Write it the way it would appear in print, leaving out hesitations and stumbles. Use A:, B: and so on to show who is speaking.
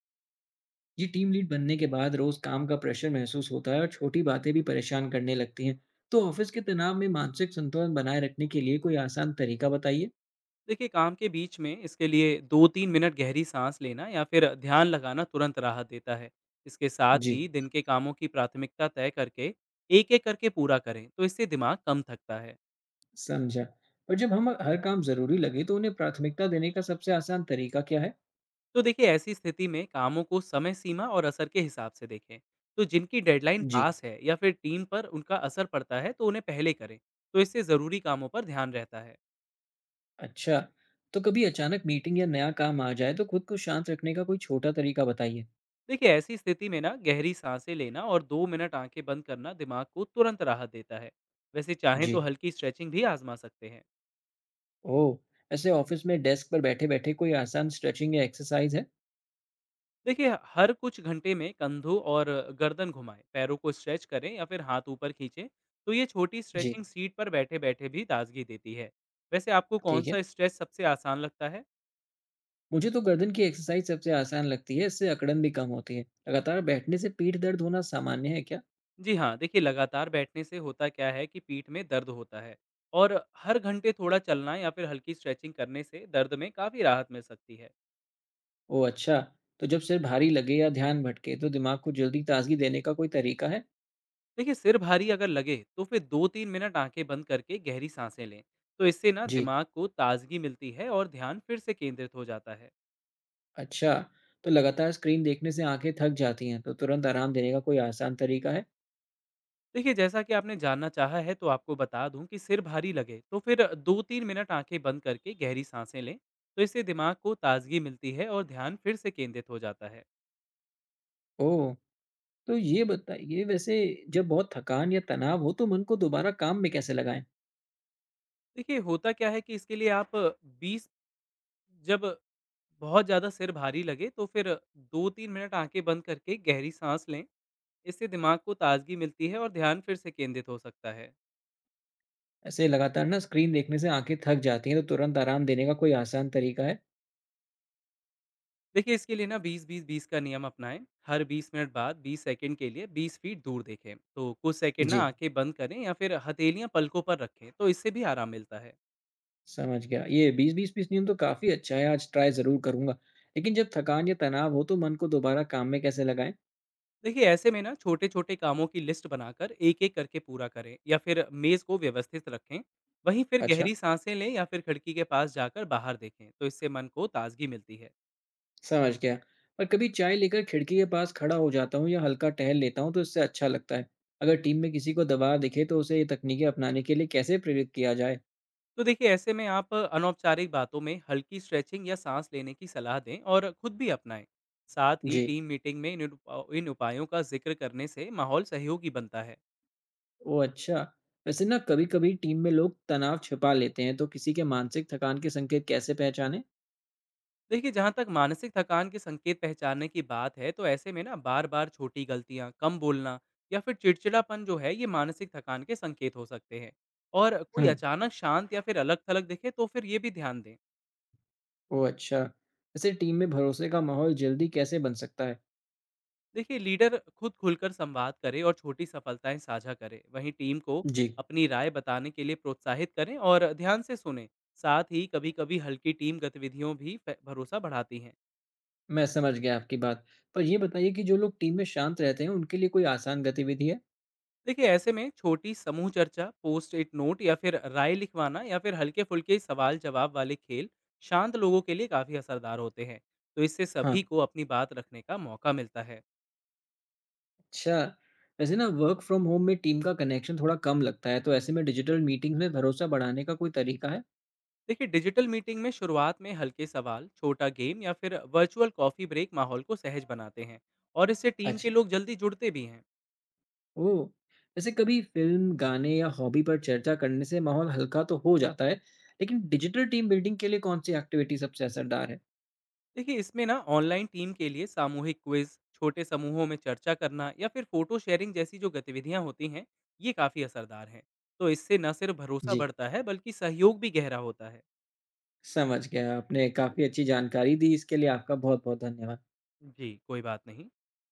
A: जी, team lead बनने के बाद रोज काम का प्रेशर महसूस होता है और छोटी बातें भी परेशान करने लगती हैं। तो ऑफिस के तनाव में मानसिक संतुलन बनाए रखने के लिए कोई आसान तरीका बताइए।
B: देखिए काम के बीच में इसके लिए 2-3 मिनट गहरी सांस लेना या फिर ध्यान लगाना तुरंत राहत देता है। इसके साथ
A: जी,
B: ही दिन के कामों की प्राथमिकता तय करके एक-एक करके पूरा करें तो इससे दिमाग कम थकता है।
A: समझा। और जब हम हर काम जरूरी लगे तो उन्हें प्राथमिकता देने का सबसे आसान तरीका क्या है?
B: तो देखिए ऐसी स्थिति में कामों को समय सीमा और असर के हिसाब से देखें। तो जिनकी डेडलाइन
A: जी,
B: पास है या फिर टीम पर उनका असर पड़ता है तो उन्हें पहले करें। तो इससे ज़रूरी कामों पर ध्यान रहता है।
A: अच्छा। तो कभी अचानक मीटिंग या नया काम आ जाए तो खुद को शांत रखने का कोई छोटा तरीका बताइए।
B: देखिए ऐसी स्थिति में ना गहरी सांसें लेना और 2 मिनट आंखें बंद करना दिमाग को तुरंत राहत देता है। वैसे चाहें
A: जी,
B: तो हल्की स्ट्रेचिंग भी आजमा सकते हैं।
A: ओह, ऐसे ऑफिस में डेस्क पर बैठे बैठे कोई आसान स्ट्रेचिंग या एक्सरसाइज है?
B: देखिए हर कुछ घंटे में कंधों और गर्दन घुमाएं, पैरों को स्ट्रेच करें या फिर हाथ ऊपर खींचें। तो ये छोटी
A: जी,
B: स्ट्रेचिंग सीट पर बैठे बैठे भी ताजगी देती है। वैसे आपको कौन
A: ठीक है।
B: सा स्ट्रेच सबसे आसान लगता है?
A: मुझे तो गर्दन की एक्सरसाइज सबसे आसान लगती है, इससे अकड़न भी कम होती है। लगातार बैठने से पीठ दर्द होना सामान्य है क्या?
B: जी हाँ, देखिए लगातार बैठने से होता क्या है कि पीठ में दर्द होता है। और हर घंटे थोड़ा चलना या फिर हल्की स्ट्रेचिंग करने से दर्द में काफ़ी राहत मिल सकती है।
A: ओह, अच्छा। तो जब सिर भारी लगे या ध्यान भटके तो दिमाग को जल्दी ताजगी देने का कोई तरीका है?
B: देखिए सिर भारी अगर लगे तो फिर 2-3 मिनट आंखें बंद करके गहरी सांसें लें। तो इससे ना
A: जी,
B: दिमाग को ताजगी मिलती है और ध्यान फिर से केंद्रित हो जाता है।
A: अच्छा। तो लगातार स्क्रीन देखने से आंखें थक जाती हैं, तो तुरंत आराम देने का कोई आसान तरीका है?
B: देखिए जैसा कि आपने जानना चाहा है तो आपको बता दूं कि सिर भारी लगे तो फिर दो तीन मिनट आंखें बंद करके गहरी सांसें लें। तो इससे दिमाग को ताजगी मिलती है और ध्यान फिर से केंद्रित हो जाता है।
A: ओह, तो ये बताइए। वैसे जब बहुत थकान या तनाव हो तो मन को दोबारा काम में कैसे लगाएं?
B: देखिए होता क्या है कि इसके लिए आप बीस जब बहुत ज़्यादा सिर भारी लगे तो फिर दो तीन मिनट आंखें बंद करके गहरी सांस लें। इससे दिमाग को ताजगी मिलती है और ध्यान फिर से केंद्रित हो सकता है।
A: ऐसे लगातार ना स्क्रीन देखने से आंखें थक जाती हैं, तो तुरंत आराम देने का कोई आसान तरीका है?
B: देखिए इसके लिए ना 20-20-20 का नियम अपनाएं। हर 20 मिनट बाद 20 सेकंड के लिए 20 फीट दूर देखें तो कुछ सेकंड ना
A: जी,
B: आंखें बंद करें या फिर हथेलियां पलकों पर रखें तो इससे भी आराम मिलता है।
A: समझ गया। ये 20-20-20 नियम तो काफ़ी अच्छा है, आज ट्राई ज़रूर करूँगा। लेकिन जब थकान या तनाव हो तो मन को दोबारा काम में कैसे लगाएँ?
B: देखिए ऐसे में ना छोटे छोटे कामों की लिस्ट बनाकर एक एक करके पूरा करें या फिर मेज को व्यवस्थित रखें। वहीं फिर
A: अच्छा,
B: गहरी सांसें लें या फिर खिड़की के पास जाकर बाहर देखें तो इससे मन को ताजगी मिलती है।
A: समझ गया। और कभी चाय लेकर खिड़की के पास खड़ा हो जाता हूँ या हल्का टहल लेता हूँ तो इससे अच्छा लगता है। अगर टीम में किसी को दबाव दिखे तो उसे ये तकनीकें अपनाने के लिए कैसे प्रेरित किया जाए?
B: तो देखिए ऐसे में आप अनौपचारिक बातों में हल्की स्ट्रेचिंग या सांस लेने की सलाह दें और खुद भी अपनाएं। साथ ही
A: जी।
B: टीम मीटिंग में इन उपायों का जिक्र करने से माहौल सहयोगी बनता है।
A: ओह, अच्छा! वैसे ना कभी-कभी टीम में लोग तनाव छिपा लेते हैं तो किसी के मानसिक थकान के संकेत कैसे पहचानें?
B: देखिए जहाँ तक मानसिक थकान के संकेत पहचानने की बात है तो ऐसे में ना बार बार छोटी गलतियाँ, कम बोलना या फिर चिड़चिड़ापन जो है ये मानसिक थकान के संकेत हो सकते हैं। और कोई
A: हुँ।
B: अचानक शांत या फिर अलग थलग दिखे तो फिर ये भी ध्यान दें।
A: ओह, अच्छा! वैसे टीम में भरोसे का माहौल जल्दी कैसे बन सकता है?
B: देखिए लीडर खुद खुलकर संवाद करे और छोटी सफलताएं साझा करे, वहीं टीम को
A: जी।
B: अपनी राय बताने के लिए प्रोत्साहित करें और ध्यान से सुने। साथ ही कभी कभी हल्की टीम गतिविधियों भी भरोसा बढ़ाती हैं।
A: मैं समझ गया आपकी बात। पर ये बताइए कि जो लोग टीम में शांत रहते हैं, उनके लिए कोई आसान गतिविधि है?
B: देखिए ऐसे में छोटी समूह चर्चा, पोस्ट इट नोट या फिर राय लिखवाना या फिर हल्के फुल्के सवाल जवाब वाले खेल शांत लोगों के लिए काफ़ी असरदार होते हैं। तो इससे
A: हाँ,
B: सभी को अपनी बात रखने का मौका मिलता है।
A: अच्छा। वैसे ना वर्क फ्रॉम होम में टीम का कनेक्शन थोड़ा कम लगता है, तो ऐसे में डिजिटल मीटिंग्स में भरोसा बढ़ाने का कोई तरीका है?
B: देखिए डिजिटल मीटिंग में शुरुआत में हल्के सवाल, छोटा गेम या फिर वर्चुअल कॉफ़ी ब्रेक माहौल को सहज बनाते हैं। और इससे टीम के
A: अच्छा,
B: लोग जल्दी जुड़ते भी हैं।
A: ओह! वैसे कभी फ़िल्म, गाने या हॉबी पर चर्चा करने से माहौल हल्का तो हो जाता है, लेकिन डिजिटल टीम बिल्डिंग के लिए कौन-सी एक्टिविटी सबसे असरदार है?
B: देखिए इसमें ना ऑनलाइन टीम के लिए सामूहिक क्विज, छोटे समूहों में चर्चा करना या फिर फोटो शेयरिंग जैसी जो गतिविधियां होती हैं ये काफ़ी असरदार हैं। तो इससे न सिर्फ भरोसा
A: जी,
B: बढ़ता है बल्कि सहयोग भी गहरा होता है।
A: समझ गया। आपने काफ़ी अच्छी जानकारी दी, इसके लिए आपका बहुत-बहुत धन्यवाद।
B: जी कोई बात नहीं।